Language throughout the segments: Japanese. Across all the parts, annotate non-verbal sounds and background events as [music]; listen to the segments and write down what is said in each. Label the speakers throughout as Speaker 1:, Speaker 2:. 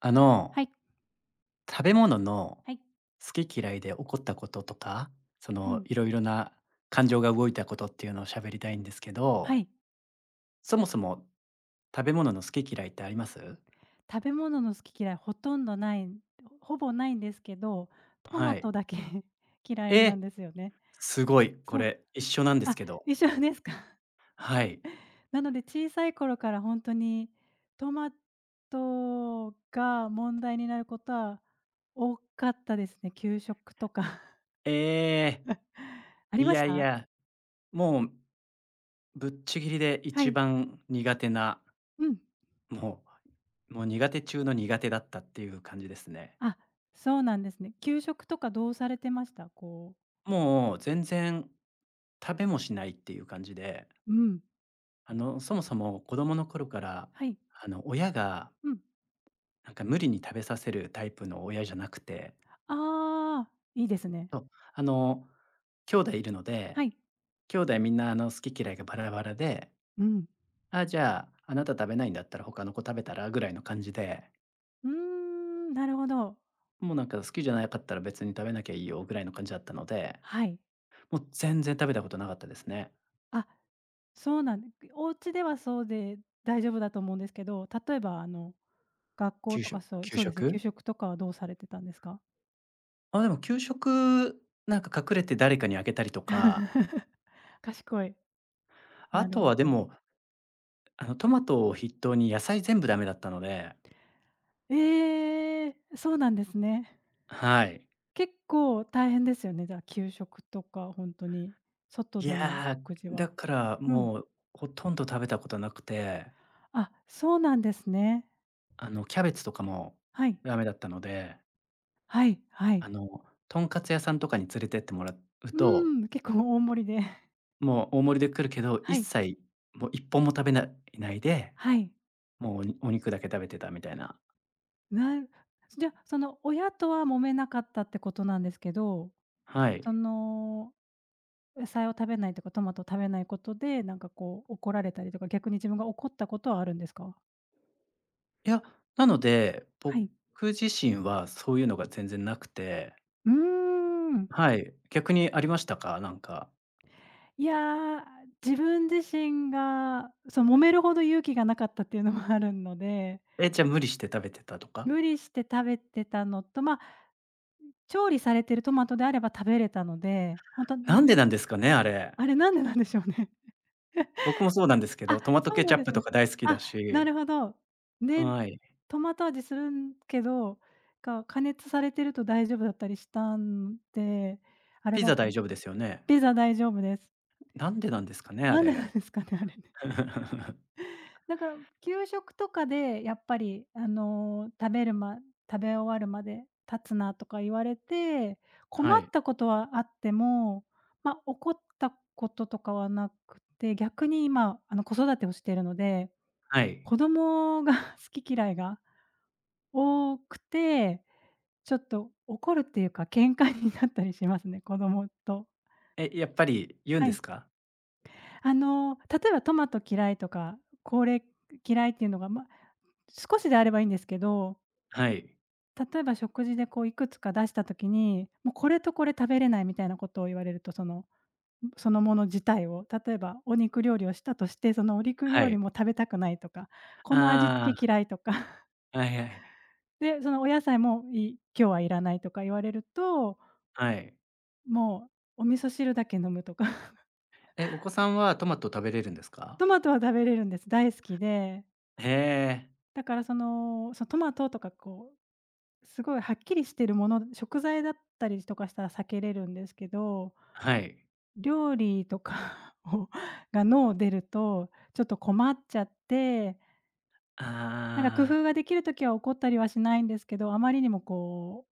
Speaker 1: あ
Speaker 2: は
Speaker 1: の、
Speaker 2: い。
Speaker 1: 食べ物の
Speaker 2: はい。
Speaker 1: 好き嫌いで起こったこととか、そ
Speaker 2: う
Speaker 1: の
Speaker 2: ん。
Speaker 1: いろいろな感情が動いたことっていうのを喋りたいんですけど、
Speaker 2: はい。
Speaker 1: そもそも食べ物の好き嫌いってあります？
Speaker 2: 食べ物の好き嫌いほとんどない、ほぼないんですけど、ト
Speaker 1: は
Speaker 2: マ
Speaker 1: い。
Speaker 2: トだけ [laughs] 嫌いな
Speaker 1: え、
Speaker 2: んですよね。
Speaker 1: すごい、こ
Speaker 2: そう。
Speaker 1: れ一緒なんです
Speaker 2: あ、
Speaker 1: けど。
Speaker 2: 一緒ですか。
Speaker 1: はい。
Speaker 2: [laughs] なので小さい頃から本当にトマトが問題になることは多かったですね、給食とか
Speaker 1: えー
Speaker 2: [laughs]。あり
Speaker 1: い
Speaker 2: まし
Speaker 1: やい
Speaker 2: た？
Speaker 1: や、もうぶっちぎりで
Speaker 2: は
Speaker 1: 一
Speaker 2: い。
Speaker 1: 番苦手な、
Speaker 2: うん。
Speaker 1: ももう苦手中の苦手だったっていう感じですね。
Speaker 2: あ、そうなんですね。給食とかどうされてました？こう
Speaker 1: もう全然食べもしないっていう感じで
Speaker 2: うん。
Speaker 1: そもそも子供の頃から、
Speaker 2: はい。
Speaker 1: 親が
Speaker 2: うん。
Speaker 1: なんか無理に食べさせるタイプの親じゃなくて、
Speaker 2: ああ、いいですね。
Speaker 1: そう、あの、兄弟いるの
Speaker 2: は
Speaker 1: で、
Speaker 2: い。
Speaker 1: 兄弟みんな好き嫌いがバラバラで、
Speaker 2: うん。
Speaker 1: あじゃあ、あなた食べないんだったら他の子食べたらぐらいの感じで、
Speaker 2: うーん、なるほど。
Speaker 1: もうなんか好きじゃなかったら別に食べなきゃいいよぐらいの感じだったので、
Speaker 2: はい。
Speaker 1: もう全然食べたことなかったですね。
Speaker 2: あ、そうなんでお家ではそうで大丈夫だと思うんですけど、例えば学校
Speaker 1: 給
Speaker 2: と
Speaker 1: 食
Speaker 2: かそう
Speaker 1: 給
Speaker 2: そう
Speaker 1: 食
Speaker 2: ですね、給食とかはどうされてたんですか？
Speaker 1: あ、でも給食、なんか隠れて誰かにあげたりとか、
Speaker 2: [laughs] 賢い。
Speaker 1: あ
Speaker 2: なる
Speaker 1: と
Speaker 2: ほ
Speaker 1: はで
Speaker 2: ど。
Speaker 1: もトマトを筆頭に野菜全部ダメだったので、
Speaker 2: ええ、そうなんですね。
Speaker 1: はい。
Speaker 2: 結構大変ですよね、じゃあ、給食とかほんとに、外
Speaker 1: い
Speaker 2: での
Speaker 1: や、
Speaker 2: 食事
Speaker 1: だ
Speaker 2: は。
Speaker 1: から
Speaker 2: うん。
Speaker 1: もうほとんど食べたことなくて、
Speaker 2: あ、そうなんですね。
Speaker 1: キャベツとかも
Speaker 2: はい。
Speaker 1: ダメだったので、
Speaker 2: はいはい。
Speaker 1: とんかつ屋さんとかに連れてってもらう
Speaker 2: う
Speaker 1: と、
Speaker 2: ーん、結構大盛りで。
Speaker 1: もう大盛りで来るけど、一
Speaker 2: はい。
Speaker 1: 切もう一本も食べないで、
Speaker 2: はい。
Speaker 1: もうお肉だけ食べてたみたいな。
Speaker 2: なん、じゃあ、その親とは揉めなかったってことなんですけど、
Speaker 1: は
Speaker 2: そ
Speaker 1: い。
Speaker 2: の、野菜を食べないとか、トマトを食べないことで、なんかこう怒られたりとか、逆に自分が怒ったことはあるんですか？
Speaker 1: いや、なので、
Speaker 2: は
Speaker 1: 僕
Speaker 2: い。
Speaker 1: 自身はそういうのが全然なくて、
Speaker 2: うーん。
Speaker 1: はい、逆にありましたか？なんか。
Speaker 2: いや、自分自身が、揉めるほど勇気がなかったっていうのもあるので、
Speaker 1: え、じゃ、無理して食べてたとか？
Speaker 2: 無理して食べてたのと、ま、調理されてるトマトであれば食べれたので、ほんと、
Speaker 1: なんでなんですかね、あれ。
Speaker 2: あれなんでなんでしょうね。
Speaker 1: 僕もそうなんですけど、
Speaker 2: あ、
Speaker 1: トマト
Speaker 2: そう
Speaker 1: ケ
Speaker 2: な
Speaker 1: チ
Speaker 2: ん
Speaker 1: ャッ
Speaker 2: で
Speaker 1: プ
Speaker 2: す
Speaker 1: と
Speaker 2: ね。
Speaker 1: か大好きだ
Speaker 2: あ、な
Speaker 1: し、
Speaker 2: るほど。で、
Speaker 1: はい。
Speaker 2: トマト味するんけど、加熱されてると大丈夫だったりしたんで、あれ
Speaker 1: ピ
Speaker 2: だ
Speaker 1: ザ
Speaker 2: と
Speaker 1: 大丈夫ですよね？
Speaker 2: ピザ大丈夫です。
Speaker 1: なんでなんですかね、あ
Speaker 2: なんでな
Speaker 1: れ。
Speaker 2: んですかね、あれね。
Speaker 1: [laughs]
Speaker 2: [laughs] だから給食とかでやっぱり、食べ終わるまで経つなとか言われて、
Speaker 1: は
Speaker 2: 困っ
Speaker 1: い、
Speaker 2: たことはあっても、ま、怒ったこととかはなくて、逆に今、子育てをしているので
Speaker 1: はい。
Speaker 2: 子供が [laughs] 好き嫌いが多くて、ちょっと怒るっていうか、喧嘩になったりしますね、子供と。
Speaker 1: え、やっぱり言うん
Speaker 2: は
Speaker 1: で
Speaker 2: い。
Speaker 1: すか？
Speaker 2: 例えばトマト嫌いとか、これ嫌いっていうのが、ま、少しであればいいんですけど、
Speaker 1: はい、
Speaker 2: 例えば食事でこういくつか出した時に、もうこれとこれ食べれないみたいなことを言われると、そのもの自体を、例えばお肉料理をしたとして、そのお肉
Speaker 1: は
Speaker 2: 料理
Speaker 1: い。
Speaker 2: も食べたくないとか、この味付
Speaker 1: あ
Speaker 2: け嫌いとか。
Speaker 1: あ、はいはい、
Speaker 2: で、そのお野菜もいい今日はいらないとか言われると、
Speaker 1: はい。
Speaker 2: もうお味噌汁だけ飲むとか。[laughs]
Speaker 1: え、お子さんはトマト食べれるんですか？
Speaker 2: トマトは食べれるんです。大好きで。
Speaker 1: へえ、
Speaker 2: だからその、そのトマトとかこう、すごいはっきりしてるもの、食材だったりとかしたら避けれるんですけど、
Speaker 1: はい。
Speaker 2: 料理とか [laughs] が脳出ると、ちょっと困っちゃって、なんか工
Speaker 1: あ
Speaker 2: 夫
Speaker 1: あ、
Speaker 2: ができる時は怒ったりはしないんですけど、あまりにもこ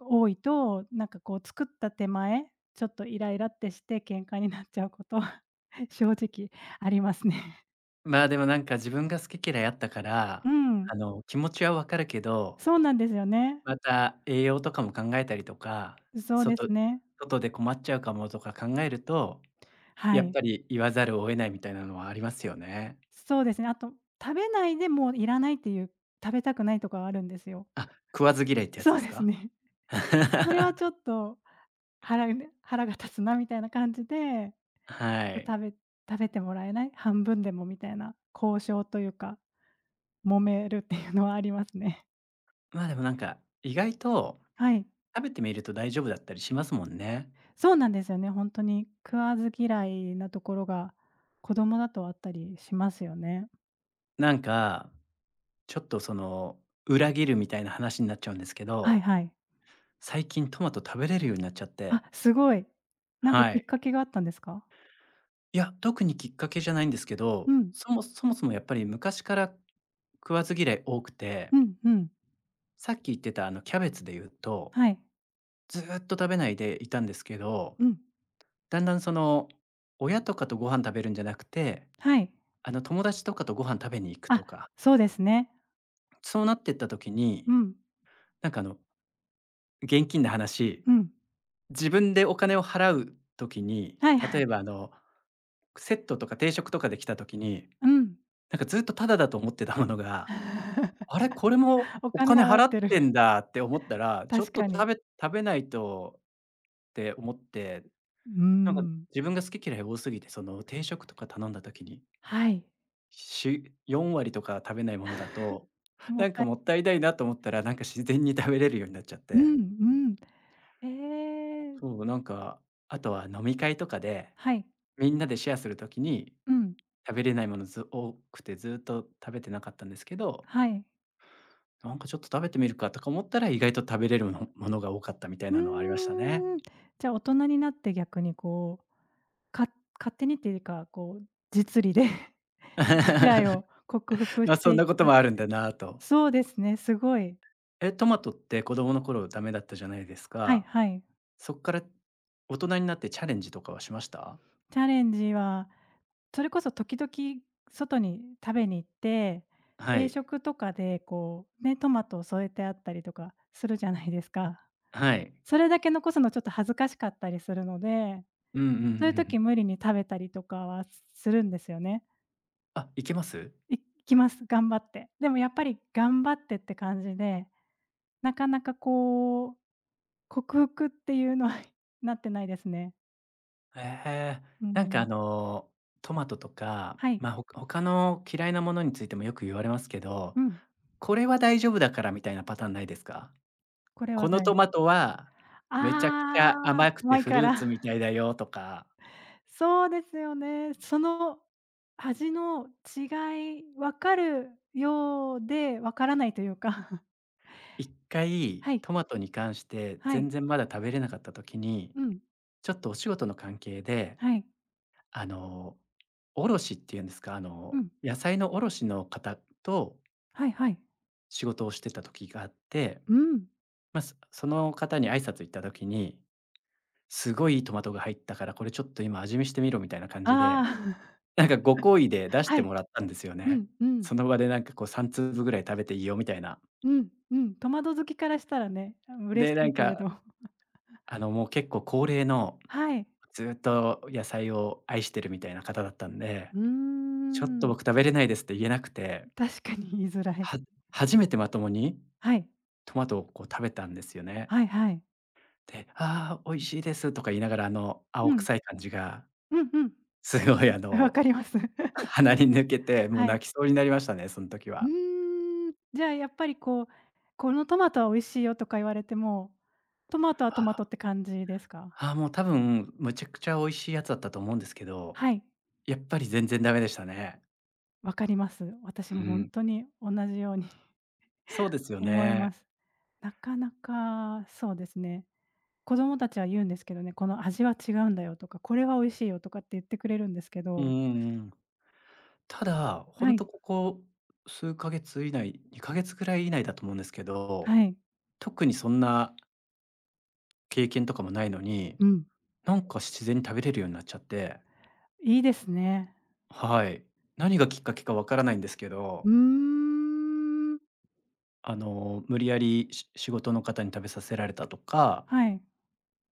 Speaker 2: う多いと、なんかこう作った手前、ちょっとイライラってして喧嘩になっちゃうことは [laughs] 正直ありますね。
Speaker 1: まあ、でもなんか自分が好き嫌いあったから、
Speaker 2: うん、
Speaker 1: 気持ちは分かるけど、
Speaker 2: そうなんですよね。
Speaker 1: また、栄養とかも考えたりとか、
Speaker 2: そうで
Speaker 1: 外
Speaker 2: すね。
Speaker 1: 外で困っちゃうかもとか考えると、
Speaker 2: は
Speaker 1: やっ
Speaker 2: い。
Speaker 1: ぱり言わざるを得ないみたいなのはありますよね。
Speaker 2: そうですね。あと、食べないでもういらないっていう、食べたくないとかはあるんですよ。
Speaker 1: あ、食わず嫌いってやつ
Speaker 2: そ
Speaker 1: で
Speaker 2: う
Speaker 1: す
Speaker 2: です
Speaker 1: か？
Speaker 2: ね。それは
Speaker 1: [laughs]
Speaker 2: ちょっと腹が立つなみたいな感じで、
Speaker 1: はい。
Speaker 2: 食べ食べてもらえない？半分でもみたいな交渉というか、揉めるっていうのはありますね。
Speaker 1: まあ、でもなんか、意外と
Speaker 2: はい。
Speaker 1: 食べてみると大丈夫だったりしますもんね。
Speaker 2: そうなんですよね、本当に食わず嫌いなところが、子供だとあったりしますよね。
Speaker 1: なんか、ちょっとその、裏切るみたいな話になっちゃうんですけ
Speaker 2: はい
Speaker 1: ど、
Speaker 2: はい。
Speaker 1: 最近トマト食べれるようになっちゃって。
Speaker 2: あ、すごい。なんか
Speaker 1: は
Speaker 2: き
Speaker 1: い。
Speaker 2: っかけがあったんですか？
Speaker 1: いや、特にきっかけじゃないんですけど、
Speaker 2: うん。
Speaker 1: そもそもやっぱり昔から食わず嫌い多くて、
Speaker 2: うんうん。
Speaker 1: さっき言ってたあのキャベツで言うと、
Speaker 2: はい。
Speaker 1: ずーっと食べないでいたんですけど、
Speaker 2: うん。
Speaker 1: だんだん、親とかとご飯食べるんじゃなくて、
Speaker 2: はい。
Speaker 1: あの友達とかとご飯食べに行くと
Speaker 2: あ、
Speaker 1: か、
Speaker 2: そうですね。
Speaker 1: そうなってった時
Speaker 2: う
Speaker 1: に、
Speaker 2: ん。
Speaker 1: なんか、現金な話、
Speaker 2: うん。
Speaker 1: 自分でお金を払う時に、
Speaker 2: はいは
Speaker 1: 例
Speaker 2: い。
Speaker 1: えばあの、セットとか定食とかで来た時に、
Speaker 2: うん。
Speaker 1: なんかずっとタダだと思ってたものが、
Speaker 2: [laughs]
Speaker 1: あれ、これも
Speaker 2: お
Speaker 1: お
Speaker 2: 金
Speaker 1: 金
Speaker 2: 払っ
Speaker 1: 払っ
Speaker 2: てる。
Speaker 1: てんだって思ったら、ちょ
Speaker 2: 確
Speaker 1: っと
Speaker 2: かに。
Speaker 1: 食べ食べないとて思って、
Speaker 2: う
Speaker 1: なんか
Speaker 2: ん。
Speaker 1: 自分が好き嫌い多すぎて、その定食とか頼んだ時に、
Speaker 2: はい。
Speaker 1: 4割とか食べないものだ
Speaker 2: [laughs]
Speaker 1: と、
Speaker 2: もっ
Speaker 1: なんか
Speaker 2: たい
Speaker 1: もったいないなと思ったら、なんか自然に食べれるようになっちゃっ
Speaker 2: う
Speaker 1: て。
Speaker 2: んうん。ええ。
Speaker 1: そう、なんか、あとは飲み会とかで、
Speaker 2: はい。
Speaker 1: みんなでシェアする時に、
Speaker 2: うん。
Speaker 1: 食べれないものず多くてずっと食べてなかったんですけど、
Speaker 2: はい。
Speaker 1: なんかちょっと食べてみるかとか思ったら、意外と食べれるものが多かったみたいなのはありまし
Speaker 2: う
Speaker 1: たね。
Speaker 2: ーん。じゃあ、大人になって逆にこう、か勝手にっていうか、こう、実利で [laughs] 嫌い
Speaker 1: [laughs]
Speaker 2: を克服
Speaker 1: ま、
Speaker 2: し
Speaker 1: そ
Speaker 2: て
Speaker 1: ん
Speaker 2: いっ
Speaker 1: なこと
Speaker 2: た
Speaker 1: もあるんだなと。
Speaker 2: そうですね、すごい。
Speaker 1: え、トマトって子供の頃ダメだったじゃないです
Speaker 2: はい
Speaker 1: か。
Speaker 2: はい。
Speaker 1: そっから大人になってチャレンジとかはしました？
Speaker 2: チャレンジは、それこそ時々外に食べに行って、
Speaker 1: は
Speaker 2: 定
Speaker 1: い。
Speaker 2: 食とかでこう、ね、トマトを添えてあったりとかするじゃないですか。
Speaker 1: はい。
Speaker 2: それだけ残すのちょっと恥ずかしかったりするので、
Speaker 1: うんうんう
Speaker 2: そういう時
Speaker 1: ん。
Speaker 2: 無理に食べたりとかはするんですよね。
Speaker 1: あ、いけます？
Speaker 2: いきます、頑張って。でもやっぱり頑張ってって感じで、なかなかこう、克服っていうのは [laughs] なってないですね。
Speaker 1: へえ。
Speaker 2: うー
Speaker 1: なんかあ
Speaker 2: ん。
Speaker 1: の、トマトとか、
Speaker 2: はい。
Speaker 1: まあ、他の嫌いなものについてもよく言われますけど、
Speaker 2: うん。
Speaker 1: これは大丈夫だからみたいなパターンないですか？
Speaker 2: これ
Speaker 1: こ
Speaker 2: は
Speaker 1: の
Speaker 2: 大
Speaker 1: ト
Speaker 2: 事。
Speaker 1: マトはめちゃくちゃ
Speaker 2: ああ、
Speaker 1: 甘くて
Speaker 2: 前
Speaker 1: フ
Speaker 2: か
Speaker 1: ルーツ
Speaker 2: ら。
Speaker 1: みたいだよとか、
Speaker 2: そうですよね。その味の違い、分かるようで分からないというか。[laughs]
Speaker 1: 一回
Speaker 2: はい、
Speaker 1: トマトに関して
Speaker 2: はい、
Speaker 1: 全然まだ食べれなかった時に
Speaker 2: うん、
Speaker 1: ちょっとお仕事の関係で、
Speaker 2: はい、
Speaker 1: あの、卸っていうんですか、あ
Speaker 2: う
Speaker 1: の、
Speaker 2: ん、
Speaker 1: 野菜の卸の方と
Speaker 2: はいはい。
Speaker 1: 仕事をしてた時があって、
Speaker 2: うん。
Speaker 1: まあ、その方に挨拶行った時に、すごいいいトマトが入ったから、これちょっと今味見してみろみたいな感じで、
Speaker 2: ああ、
Speaker 1: なんかご厚意
Speaker 2: [laughs]
Speaker 1: で出し
Speaker 2: は
Speaker 1: て
Speaker 2: い、
Speaker 1: もらったんですよ
Speaker 2: う
Speaker 1: ね。
Speaker 2: んうん。
Speaker 1: その場でなんかこう3粒ぐらい食べていいよみたいな。
Speaker 2: うん、うん、トマト好きからしたらね、あ、嬉
Speaker 1: で、
Speaker 2: し
Speaker 1: な
Speaker 2: い
Speaker 1: ん
Speaker 2: けれど。
Speaker 1: か、
Speaker 2: [laughs]
Speaker 1: もう結構高齢の、
Speaker 2: はい。
Speaker 1: ずっと野菜を愛してるみたいな方だったんで、
Speaker 2: うー
Speaker 1: ちょっと
Speaker 2: ん。
Speaker 1: 僕食べれないですって言えなくて
Speaker 2: 確かに言いづらい。
Speaker 1: は初めてまともに
Speaker 2: はい。
Speaker 1: トマトをこう食べたんですよね。
Speaker 2: はいはい。
Speaker 1: で、「ああ、美味しいです」とか言いながら、青
Speaker 2: うん。
Speaker 1: 臭い感じが
Speaker 2: うんうん。
Speaker 1: すごい、
Speaker 2: [laughs] わかります。
Speaker 1: 鼻に抜けて、
Speaker 2: [laughs]
Speaker 1: もう
Speaker 2: はい。
Speaker 1: 泣きそうになりましたね、その時
Speaker 2: う
Speaker 1: は。
Speaker 2: ーん、じゃあやっぱりこう、このトマトは美味しいよとか言われても、トマトは
Speaker 1: あ
Speaker 2: トマ
Speaker 1: あ、
Speaker 2: トって感じですか？
Speaker 1: もう多分むちゃくちゃ美味しいやつだったと思うんですけど、
Speaker 2: はい、
Speaker 1: やっぱり全然ダメでしたね。
Speaker 2: わかります。私
Speaker 1: う
Speaker 2: もほん
Speaker 1: ん。
Speaker 2: とに同じように [laughs]
Speaker 1: そうですよ
Speaker 2: 思い
Speaker 1: ね。
Speaker 2: ます。なかなかそうですね。子供たちは言うんですけどね、この味は違うんだよとか、これは美味しいよとかって言ってくれるんですけ
Speaker 1: うん
Speaker 2: ど、
Speaker 1: うんうん。ただ、ほ
Speaker 2: は
Speaker 1: ん
Speaker 2: い、
Speaker 1: とここ数ヶ月以内、2ヶ月ぐらい以内だと思うんですけど、
Speaker 2: はい、
Speaker 1: 特にそんな経験とかもないのに
Speaker 2: うん、
Speaker 1: なんか自然に食べれるようになっちゃって、
Speaker 2: いいですね。
Speaker 1: はい。何がきっかけかわからないんですけ
Speaker 2: う
Speaker 1: ど、
Speaker 2: ーん。
Speaker 1: 無理やり仕事の方に食べさせられたとか、
Speaker 2: はい、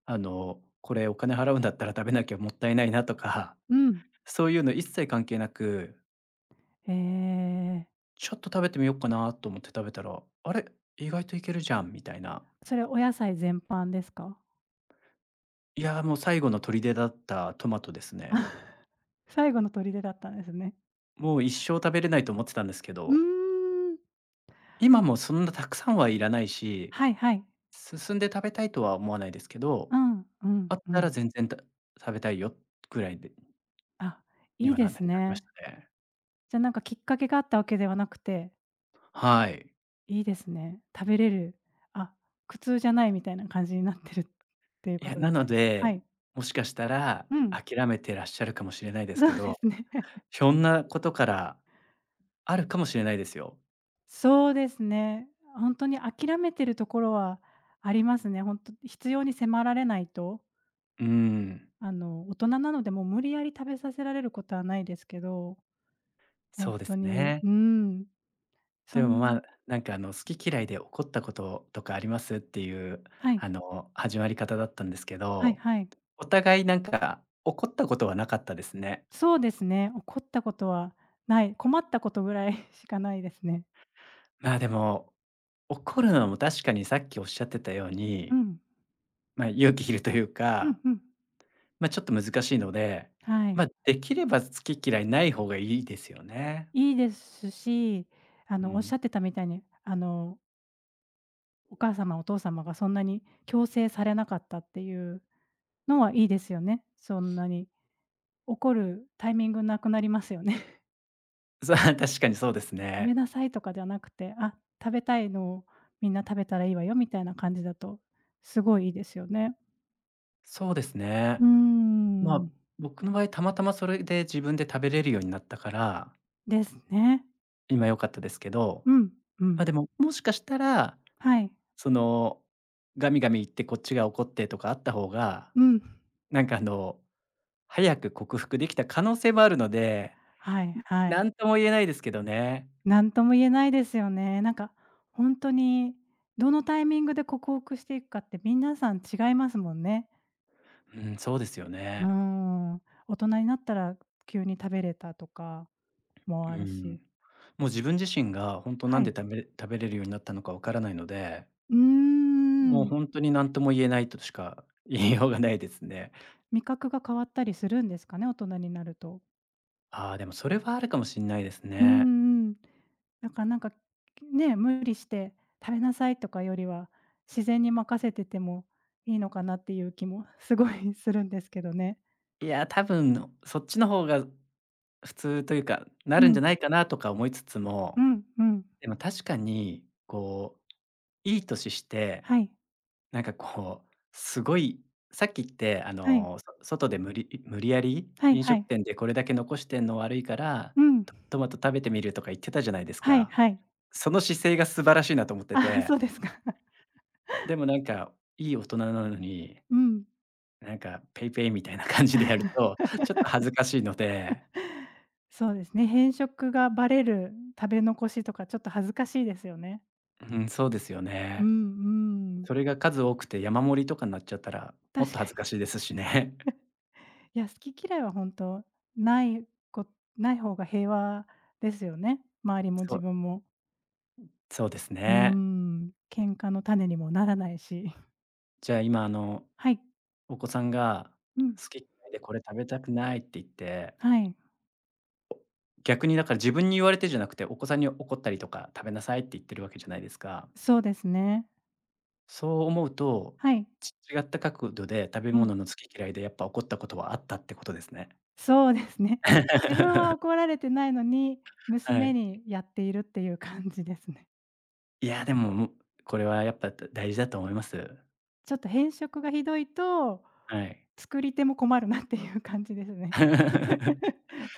Speaker 1: これお金払うんだったら食べなきゃもったいないなとか、
Speaker 2: うん。
Speaker 1: そういうの一切関係なく、
Speaker 2: ええ、
Speaker 1: ちょっと食べてみようかなと思って食べたら、あれ、意外といけるじゃんみたいな。
Speaker 2: それお野菜全般ですか？
Speaker 1: いやー、もう最後の砦だったトマトですね。
Speaker 2: [laughs] 最後の砦だったんですね。
Speaker 1: もう一生食べれないと思ってたんですけ
Speaker 2: う
Speaker 1: ど、
Speaker 2: ーん。
Speaker 1: 今もそんなたくさんはいらないし、
Speaker 2: はいはい。
Speaker 1: 進んで食べたいとは思わないですけ
Speaker 2: う
Speaker 1: ど、
Speaker 2: ん、うん、
Speaker 1: あっ
Speaker 2: う
Speaker 1: た
Speaker 2: ん。
Speaker 1: ら全然た食べたいよぐらいで
Speaker 2: あ、
Speaker 1: に
Speaker 2: いい
Speaker 1: は
Speaker 2: で
Speaker 1: なな
Speaker 2: す
Speaker 1: りまし
Speaker 2: ね。
Speaker 1: たね。
Speaker 2: じゃ、なんかきっかけがあったわけではなくて
Speaker 1: はい。
Speaker 2: いいですね。食べれる、あ、苦痛じゃないみたいな感じになってるっていう
Speaker 1: い
Speaker 2: こ
Speaker 1: や、
Speaker 2: とで
Speaker 1: な
Speaker 2: す
Speaker 1: の
Speaker 2: ね。
Speaker 1: で、
Speaker 2: はい。
Speaker 1: もしかしたら
Speaker 2: うん、
Speaker 1: 諦めてらっしゃるかもしれないで
Speaker 2: [laughs]
Speaker 1: す
Speaker 2: そ
Speaker 1: け
Speaker 2: うで
Speaker 1: ど、
Speaker 2: すね。[laughs]
Speaker 1: ひょんなことからあるかもしれないですよ。
Speaker 2: そうですね。ほんとに諦めてるところはありますね。ほんと必要に迫られないと、
Speaker 1: うーん、
Speaker 2: 大人なのでもう無理やり食べさせられることはないですけど、ほん
Speaker 1: そうで
Speaker 2: と
Speaker 1: す
Speaker 2: に、
Speaker 1: ね。
Speaker 2: うーん、そ
Speaker 1: でも、まあ、
Speaker 2: ん
Speaker 1: なんか、好き嫌いで怒ったこととかあります？っていう、
Speaker 2: はい、
Speaker 1: 始まり方だったんですけ
Speaker 2: はい
Speaker 1: ど、
Speaker 2: はい。
Speaker 1: お互いなんか怒ったことはなかったですね。
Speaker 2: そうですね、怒ったことはない、困ったことぐらい [laughs] しかないですね。
Speaker 1: まあ、でも、怒るのも確かにさっきおっしゃってたよう
Speaker 2: う
Speaker 1: に
Speaker 2: ん、
Speaker 1: まあ、勇気いるという
Speaker 2: うん
Speaker 1: か、
Speaker 2: うん。
Speaker 1: まあ、ちょっと難しいので、
Speaker 2: はい。
Speaker 1: まあ、できれば好き嫌いない方がいいですよね。
Speaker 2: いいですし、
Speaker 1: う
Speaker 2: おっし
Speaker 1: ん。
Speaker 2: ゃってたみたいに、お母様、お父様がそんなに強制されなかったっていうのはいいですよね。そんなに怒るタイミングなくなりますよね。[laughs]
Speaker 1: そう、 [laughs]、確かにそうです
Speaker 2: 「ごめん
Speaker 1: ね。
Speaker 2: なさい」とかではなくて、「あ、食べたいのをみんな食べたらいいわよ」みたいな感じだと、すごいいいですよね。
Speaker 1: そうですね。
Speaker 2: うー
Speaker 1: まあ、
Speaker 2: ん、
Speaker 1: 僕の場合、たまたまそれで自分で食べれるようになったから、
Speaker 2: ですね。
Speaker 1: 今良かったですけど、
Speaker 2: うん、うん。
Speaker 1: ま、でも、もしかしたら、
Speaker 2: はい。
Speaker 1: その、ガミガミ言ってこっちが怒ってとかあった方が、
Speaker 2: うん。
Speaker 1: なんか、早く克服できた可能性もあるので、
Speaker 2: はいはい。
Speaker 1: なんとも言えないですけどね。
Speaker 2: なんとも言えないですよね。なんか、本当に、どのタイミングで克服していくかって皆さん違いますもんね。
Speaker 1: うん、そうですよ
Speaker 2: うー
Speaker 1: ね。
Speaker 2: ん。大人になったら急に食べれたとかも
Speaker 1: う
Speaker 2: ある
Speaker 1: ん。
Speaker 2: し。
Speaker 1: もう自分自身が本当な
Speaker 2: は
Speaker 1: んで
Speaker 2: い。
Speaker 1: 食べれるようになったのかわからないので、
Speaker 2: うー
Speaker 1: もう本
Speaker 2: ん。
Speaker 1: 当に何とも言えないとしか言いようがないですね。
Speaker 2: 味覚が変わったりするんですかね、大人になると。
Speaker 1: ああ、でもそれはあるかもしんないです
Speaker 2: うう
Speaker 1: ね。
Speaker 2: ん。だからなんか、ね、無理して食べなさいとかよりは、自然に任せててもいいのかなっていう気もすごいするんですけどね。
Speaker 1: いや、多分そっちの方が普通というか、な
Speaker 2: う
Speaker 1: るんじ
Speaker 2: ん、
Speaker 1: ゃないかなとか思いつつ
Speaker 2: う
Speaker 1: も、
Speaker 2: んうん。
Speaker 1: でも確かにこう、いい年して
Speaker 2: はい。
Speaker 1: なんかこう、すごい、さっきって、
Speaker 2: はい。
Speaker 1: 外で無理やり
Speaker 2: はい
Speaker 1: 飲
Speaker 2: は
Speaker 1: 食
Speaker 2: い。
Speaker 1: 店でこれだけ残してんの悪いから、
Speaker 2: うん。
Speaker 1: トマト食べてみるとか言ってたじゃないです
Speaker 2: はい
Speaker 1: か。
Speaker 2: はい。
Speaker 1: その姿勢が素晴らしいなと思って
Speaker 2: ああ、
Speaker 1: て、
Speaker 2: そうですか。[laughs]
Speaker 1: でもなんか、いい大人なのに、
Speaker 2: うん。
Speaker 1: なんかペイペイみたいな感じでやると、[laughs] ちょっと恥ずかしいので、
Speaker 2: そうですね、偏食がバレる食べ残しとかちょっと恥ずかしいですよね。
Speaker 1: うん、そうですよ
Speaker 2: うん
Speaker 1: ね。
Speaker 2: うん。
Speaker 1: それが数多くて山盛りとかになっちゃったら、もっ
Speaker 2: 確
Speaker 1: と
Speaker 2: か
Speaker 1: 恥ず
Speaker 2: に。
Speaker 1: かしいですしね。[laughs]
Speaker 2: いや、好き嫌いは本当ないこない方が平和ですよね。周りも
Speaker 1: そ
Speaker 2: 自
Speaker 1: う、
Speaker 2: 分も。
Speaker 1: そうです
Speaker 2: うー
Speaker 1: ね。
Speaker 2: ん、喧嘩の種にもならないし。
Speaker 1: じゃあ今あの
Speaker 2: はい。
Speaker 1: お子さんが
Speaker 2: うん。
Speaker 1: 好き嫌いでこれ食べたくないって言って、
Speaker 2: はい。
Speaker 1: 逆にだから自分に言われてじゃなくて、お子さんに怒ったりとか、食べなさいって言ってるわけじゃないですか。
Speaker 2: そうですね。
Speaker 1: そう思うと、
Speaker 2: はい。
Speaker 1: 違った角度で食べ
Speaker 2: うん。
Speaker 1: 物の好き嫌いでやっぱ怒ったことはあったってことですね。
Speaker 2: そうですね。自分は
Speaker 1: [laughs]
Speaker 2: 怒られてないのに、
Speaker 1: は
Speaker 2: 娘
Speaker 1: い。
Speaker 2: にやっているっていう感じですね。
Speaker 1: いや、でも、これはやっぱ大事だと思います。
Speaker 2: ちょっと偏食がひどいと、
Speaker 1: はい。
Speaker 2: 作り手も困るなっていう感じですね。
Speaker 1: [laughs]
Speaker 2: [laughs]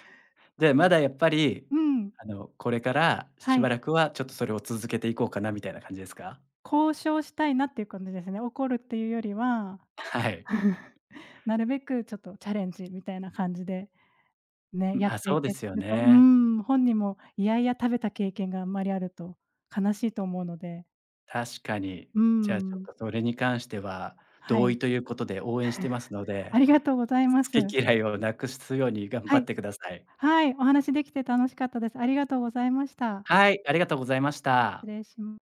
Speaker 1: で、まだやっぱり、
Speaker 2: うん、
Speaker 1: これからし
Speaker 2: はい。
Speaker 1: ばらくはちょっとそれを続けていこうかなみたいな感じですか？
Speaker 2: 交渉したいなっていう感じですね。怒るっていうよりは、
Speaker 1: はい。
Speaker 2: [laughs] なるべくちょっとチャレンジみたいな感じでね、やっ
Speaker 1: あ、
Speaker 2: て
Speaker 1: そ
Speaker 2: い
Speaker 1: うで
Speaker 2: け
Speaker 1: すよ
Speaker 2: ると、う
Speaker 1: ね。
Speaker 2: ん、本人もいやいや食べた経験があんまりあると悲しいと思うので、
Speaker 1: 確かに。
Speaker 2: う
Speaker 1: じゃあ、ちょっ
Speaker 2: ん、
Speaker 1: とそれに関しては、
Speaker 2: は
Speaker 1: 同意
Speaker 2: い、
Speaker 1: ということで応援してますの
Speaker 2: あ
Speaker 1: で、
Speaker 2: りがとうございます。
Speaker 1: 好き嫌いをなくすように頑
Speaker 2: は
Speaker 1: 張っ
Speaker 2: い。
Speaker 1: てください。
Speaker 2: はい、お話しできて楽しかったです。ありがとうございました。
Speaker 1: はい、ありがとうございまし
Speaker 2: 失
Speaker 1: た。
Speaker 2: 礼します。